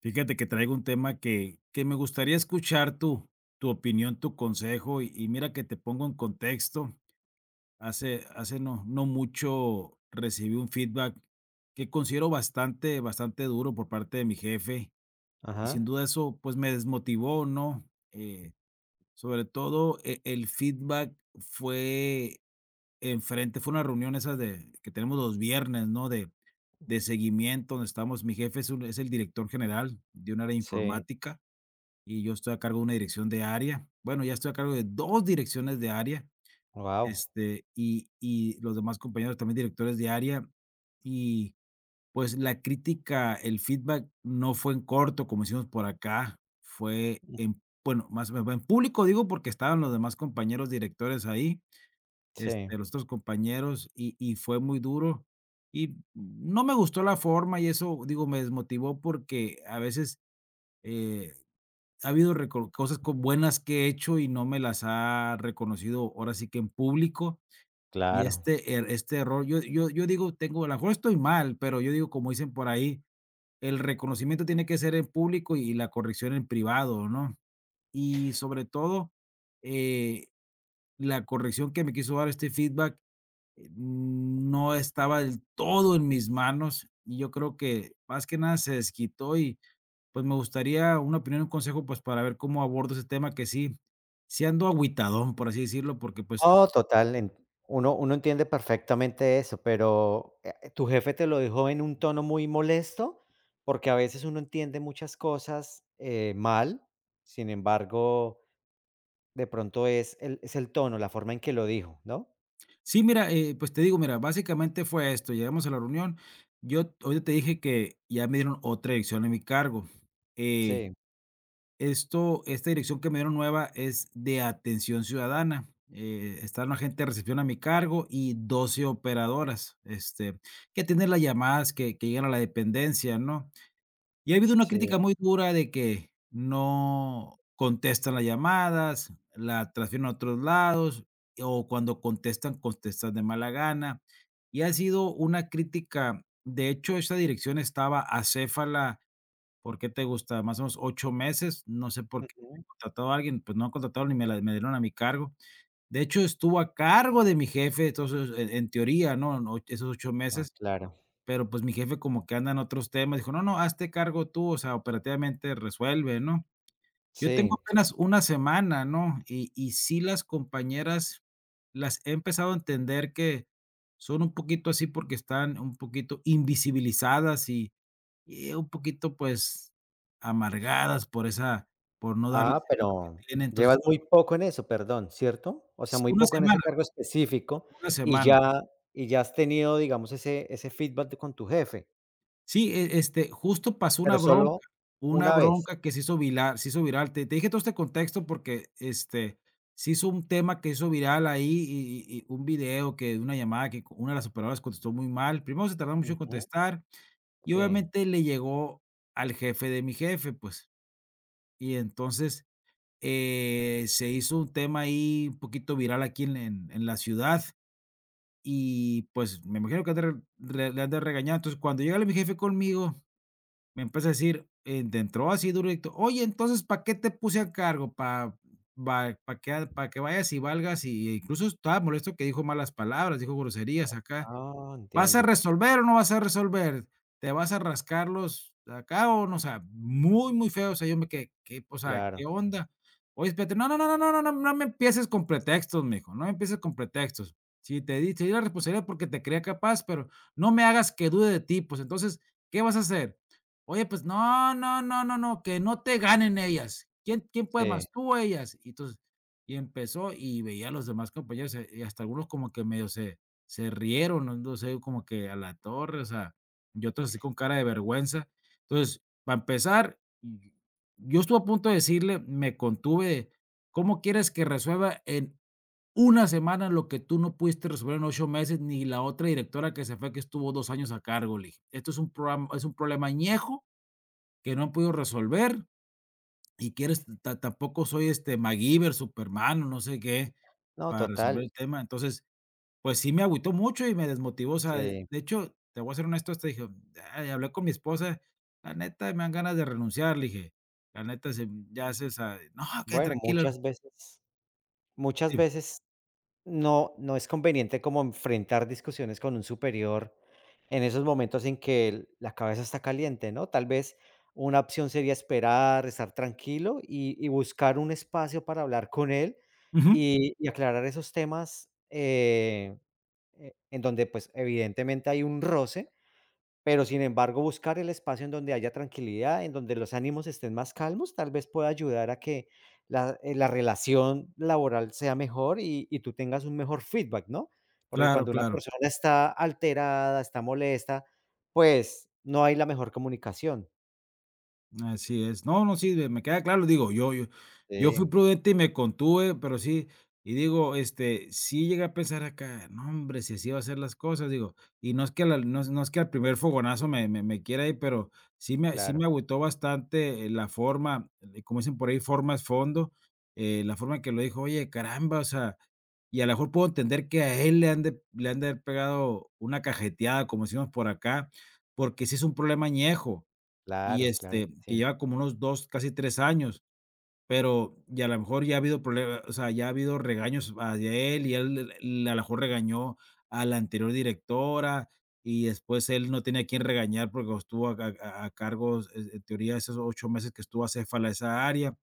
Fíjate que traigo un tema que me gustaría escuchar tu opinión, tu consejo, y mira que te pongo en contexto. Hace no mucho recibí un feedback que considero bastante duro por parte de mi jefe, y sin Ajá, duda eso pues me desmotivó, ¿no? Eh, Sobre todo el feedback fue enfrente, fue una reunión esas de, que tenemos los viernes, ¿no? De seguimiento, donde estamos, mi jefe es, es el director general de un área sí, informática y yo estoy a cargo de una dirección de área. Bueno, ya estoy a cargo de 2 direcciones de área, guau. Y los demás compañeros también directores de área. Y, pues, la crítica, el feedback no fue en corto, como decimos por acá, fue Mm, en bueno, más me va en público, digo, porque estaban los demás compañeros directores ahí, sí, los otros compañeros, y fue muy duro. Y no me gustó la forma y eso, digo, me desmotivó porque a veces, eh, ha habido reco cosas co buenas que he hecho y no me las ha reconocido, ahora sí que en público, y claro. este er este error, yo digo, tengo a lo mejor estoy mal, pero yo digo, como dicen por ahí, el reconocimiento tiene que ser en público y la corrección en privado, ¿no? Y sobre todo, eh, la corrección que me quiso dar este feedback, no estaba del todo en mis manos, y yo creo que más que nada se desquitó y pues me gustaría una opinión, un consejo, pues para ver cómo abordo ese tema que sí, sí ando agüitadón, por así decirlo, porque pues No, total, en uno entiende perfectamente eso, pero, ¿tu jefe te lo dijo en un tono muy molesto? Porque a veces uno entiende muchas cosas, mal, sin embargo, de pronto es el tono, la forma en que lo dijo, ¿no? sí, mira, pues te digo, mira, básicamente fue esto, llegamos a la reunión, yo hoy te dije que ya me dieron otra dirección en mi cargo. Eh, Sí, esta dirección que me dieron nueva es de atención ciudadana. Está una agente de recepción a mi cargo y 12 operadoras, que tienen las llamadas que llegan a la dependencia, ¿no? Y ha habido una crítica sí. muy dura de que no contestan las llamadas, la transfieren a otros lados, o cuando contestan, contestan de mala gana. Y ha sido una crítica, de hecho, esa dirección estaba acéfala, ¿por qué te gusta? Más o menos 8 meses, no sé por qué no Ujú. he contratado a alguien, pues no han contratado ni me dieron a mi cargo. De hecho, estuvo a cargo de mi jefe, entonces, en teoría, ¿no? No, esos ocho Ah, meses. claro. Pero, pues, mi jefe como que anda en otros temas, dijo: "No, no, hazte cargo tú, o sea, operativamente resuelve", ¿no? Yo Sí. tengo apenas una semana, ¿no? Y sí las compañeras las he empezado a entender que son un poquito así porque están un poquito invisibilizadas y un poquito, pues, amargadas por esa por no darles Ah, el valor que pero tienen. llevas Entonces, muy poco en eso, perdón, ¿cierto? O sea, s muy una poco en ese semana, cargo específico una y semana. ya y ya has tenido, digamos, ese feedback de con tu jefe, Sí, este, justo pasó pero solo una una vez. bronca que se hizo viral, se hizo viral. Te dije todo este contexto porque, se hizo un tema que hizo viral ahí y un video que de una llamada que una de las operadoras contestó muy mal. Primero se tardó mucho en Ujú, contestar y sí. obviamente le llegó al jefe de mi jefe, pues, y entonces, se hizo un tema ahí un poquito viral aquí en en la ciudad y, pues, me imagino que ha de le han de regañar. Entonces, cuando llega mi jefe conmigo me empieza a decir, de entró así duro y directo: "Oye, entonces, ¿para qué te puse a cargo? ¿Para para que vayas y valgas?". Y e incluso estaba molesto que dijo malas palabras, dijo groserías acá. Ah, ¿Vas a entiendo. resolver o no vas a resolver? ¿Te vas a rascar los acá o no? O sea, muy, muy feo. O sea, yo me quedé, ¿qué? O sea, ¿qué Claro, onda? Oye, espérate, no, no, no, no, no, no, no, no me empieces con pretextos, mijo, no me empieces con pretextos. Si te di, te di la responsabilidad porque te creía capaz, pero no me hagas que dude de ti, pues entonces, ¿qué vas a hacer? Oye, pues no, no, no, no, no, que no te ganen ellas. ¿Quién, quién puede sí. más? Tú o ellas. Y entonces, y empezó y veía a los demás compañeros, y hasta algunos como que medio se rieron, ¿no? Entonces, yo como que a la torre, o sea, yo todo así con cara de vergüenza. Entonces, para empezar, y yo estuve a punto de decirle, me contuve, de, ¿cómo quieres que resuelva en una semana lo que tú no pudiste resolver en 8 meses, ni la otra directora que se fue, que estuvo 2 años a cargo? Le dije, esto es un, programa, es un problema añejo que no han podido resolver y quieres, tampoco soy este MacGyver, Superman, o no sé qué, No, para total, resolver el tema. Entonces, pues sí me agüitó mucho y me desmotivó, o sea, de sí. hecho, te voy a ser honesto, hasta dije, ay, hablé con mi esposa, la neta me dan ganas de renunciar, le dije, la neta se ya se sa no, que Bueno, tranquilo. muchas veces muchas Sí. veces no, no es conveniente como enfrentar discusiones con un superior en esos momentos en que la cabeza está caliente, ¿no? Tal vez una opción sería esperar, estar tranquilo y buscar un espacio para hablar con él Ujú. Y aclarar esos temas en donde pues evidentemente hay un roce, pero, sin embargo, buscar el espacio en donde haya tranquilidad, en donde los ánimos estén más calmos, tal vez pueda ayudar a que la la relación laboral sea mejor y tú tengas un mejor feedback, ¿no? Porque Claro, cuando una claro. persona está alterada, está molesta, pues, no hay la mejor comunicación. Así es. No, no, sí, me queda claro, digo, yo fui Sí, prudente y me contuve, pero sí, y digo, sí llegué a pensar acá, no, hombre, si así va a ser las cosas, digo, y no es que la no es no es que al primer fogonazo me quiera ir, pero sí me sí claro. me agüitó bastante, la forma, como dicen por ahí, forma es fondo, la forma en que lo dijo, oye, caramba, o sea, y a lo mejor puedo entender que a él le han de haber pegado una cajeteada, como decimos por acá, porque sí es un problema añejo. Y, Claro, claro que que sí, lleva como unos 2 casi 3 años, pero y a lo mejor ya ha habido problemas, o sea, ya ha habido regaños hacia él, y él l a lo mejor regañó a la anterior directora, y después él no tenía a quién regañar porque estuvo a cargo, en teoría, esos 8 meses que estuvo acéfala de esa área,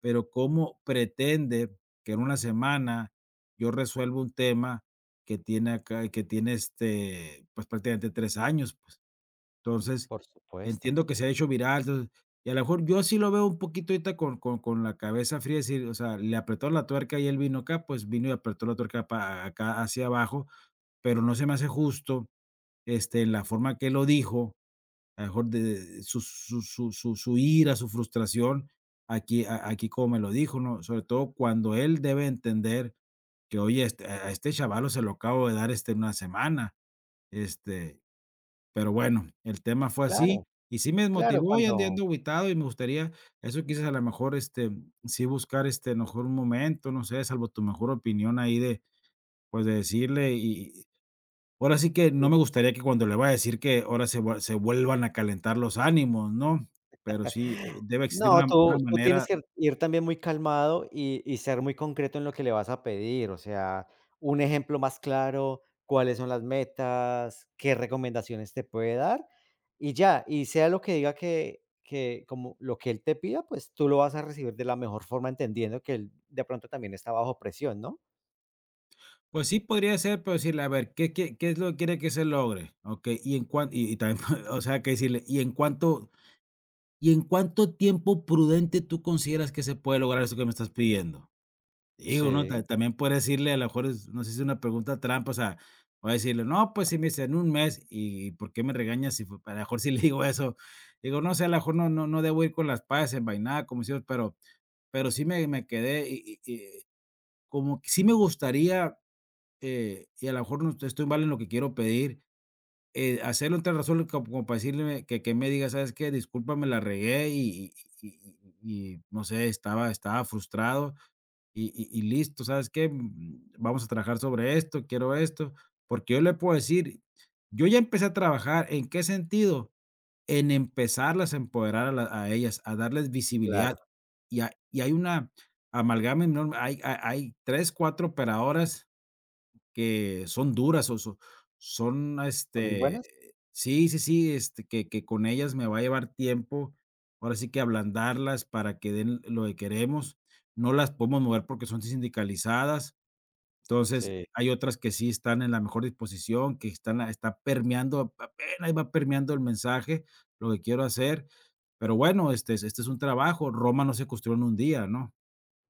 pero, ¿cómo pretende que en una semana yo resuelva un tema que tiene acá, que tiene, pues, prácticamente 3 años? Pues. Entonces, por supuesto. entiendo que se ha hecho viral, entonces, y a lo mejor yo sí lo veo un poquito ahorita con con la cabeza fría, decir, o sea, le apretó la tuerca y él vino acá, pues, vino y apretó la tuerca para acá hacia abajo, pero no se me hace justo, la forma que lo dijo, a lo mejor de su ira, su frustración, aquí a aquí como me lo dijo, ¿no? Sobre todo cuando él debe entender que, oye, a este chavalo se lo acabo de dar, en una semana, este pero bueno, el tema fue así, Claro, y sí me claro, desmotivó y andé cuando ando agüitado, y me gustaría eso quizás a lo mejor, sí buscar, a lo mejor un momento, no sé, salvo tu mejor opinión ahí de, pues, de decirle y ahora sí que no me gustaría que cuando le vaya a decir que ahora se vuelvan a calentar los ánimos, ¿no? Pero sí, debe existir no, una tú tienes manera, que ir también muy calmado y ser muy concreto en lo que le vas a pedir, o sea, un ejemplo más claro, cuáles son las metas, qué recomendaciones te puede dar y ya, y sea lo que diga, que como lo que él te pida, pues tú lo vas a recibir de la mejor forma, entendiendo que él de pronto también está bajo presión, ¿no? pues sí, podría ser, pero decirle: "A ver, ¿qué es lo que quiere que se logre?". Okey, y en cuan y también, o sea, que decirle: "¿Y en cuánto tiempo prudente tú consideras que se puede lograr eso que me estás pidiendo? Digo, ¿no?". Ta Sí, También puedes decirle, a lo mejor es, no sé si es una pregunta trampa, o sea, voy a decirle: "No, pues, si me dice en un mes, ¿y por qué me regañas si fue?". A lo mejor si le digo eso, digo, no sé, a lo mejor no debo ir con las patas envainadas, como decimos, pero sí me quedé, y como que sí me gustaría, y a lo mejor no estoy mal en lo que quiero pedir, hacerlo entre razón, como para decirle que me diga: "¿Sabes qué? Discúlpame, la regué y no sé, estaba frustrado y listo, ¿sabes qué? Vamos a trabajar sobre esto, quiero esto", porque yo le puedo decir, yo ya empecé a trabajar, ¿en qué sentido? En empezarlas a empoderar a ellas, a darles visibilidad. claro, Y hay una amalgama enorme, hay 3 4 operadoras que son duras, o so son, son muy buenas. sí, sí, sí, que con ellas me va a llevar tiempo, ahora sí que ablandarlas para que den lo que queremos. No las podemos mover porque son sindicalizadas. Entonces, Sí, hay otras que sí están en la mejor disposición, que está permeando, apenas va permeando el mensaje, lo que quiero hacer. Pero bueno, es este es un trabajo, Roma no se construyó en un día, ¿no?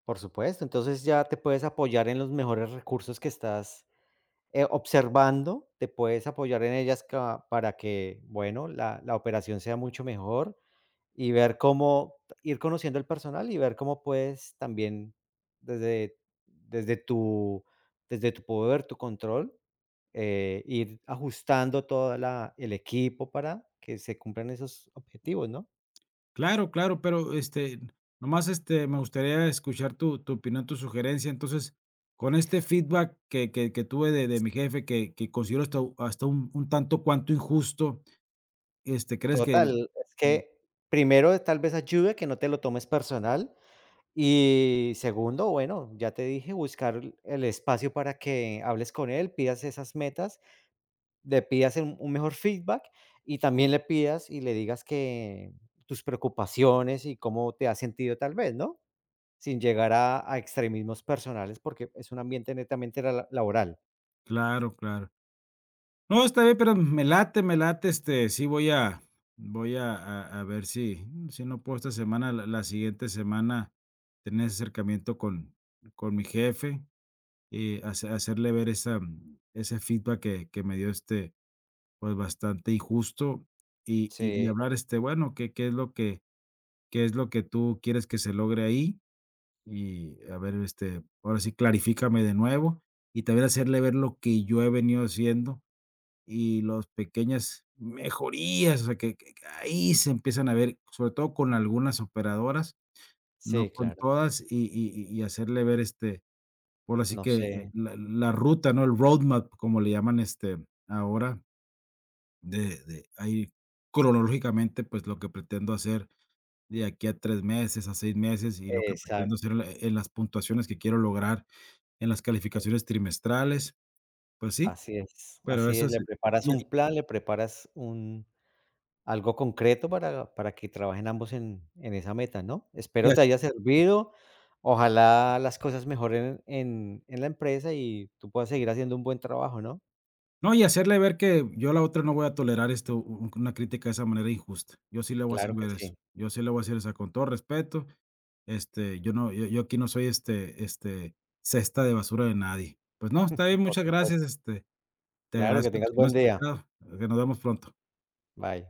por supuesto, entonces ya te puedes apoyar en los mejores recursos que estás observando, te puedes apoyar en ellas ca para que, bueno, la operación sea mucho mejor y ver cómo ir conociendo el personal y ver cómo puedes también desde desde tu desde tu poder, tu control, ir ajustando toda la el equipo para que se cumplan esos objetivos, ¿no? Claro, claro, pero, nomás, me gustaría escuchar tu opinión, tu sugerencia. Entonces, con este feedback que tuve de mi jefe, que considero hasta un tanto cuanto injusto, ¿crees que? Total, es que primero tal vez ayude que no te lo tomes personal. Y segundo, bueno, ya te dije, buscar el espacio para que hables con él, pidas esas metas, le pidas un mejor feedback y también le pidas y le digas que tus preocupaciones y cómo te has sentido tal vez, ¿no? Sin llegar a extremismos personales, porque es un ambiente netamente laboral. Claro, claro. No, está bien, pero me late, sí voy a ver, si no puedo esta semana, la siguiente semana tener ese acercamiento con mi jefe y hacerle ver esa ese feedback que me dio, pues, bastante injusto. Y Sí, hablar, bueno, qué qué es lo que qué es lo que tú quieres que se logre ahí, y a ver, ahora sí, clarifícame de nuevo, y también hacerle ver lo que yo he venido haciendo, y los pequeñas mejorías, o sea, que ahí se empiezan a ver, sobre todo con algunas operadoras, sí, no con claro. todas, y hacerle ver, por así No que, sé. La ruta, ¿no? El roadmap, como le llaman, ahora, de ahí cronológicamente, pues, lo que pretendo hacer de aquí a 3 meses, a 6 meses, y lo que pretendo Exacto. hacer en las puntuaciones que quiero lograr en las calificaciones trimestrales, pues sí, Así es. pero Así eso es. Le sí. preparas Y un plan, le preparas un algo concreto para que trabajen ambos en esa meta, ¿no? y Espero ha te haya servido. Ojalá las cosas mejoren en la empresa y tú puedas seguir haciendo un buen trabajo, ¿no? no, y hacerle ver que yo a la otra no voy a tolerar esto, u una crítica de esa manera injusta. Yo sí le voy a hacer Claro que ver eso. sí, Yo sí le voy a hacer, o con todo respeto, yo no, yo aquí no soy, cesta de basura de nadie. Pues no, está bien, por muchas gracias. supuesto. Te Claro, que agradezco tengas que me buen has día. escuchado, que nos vemos pronto. Bye.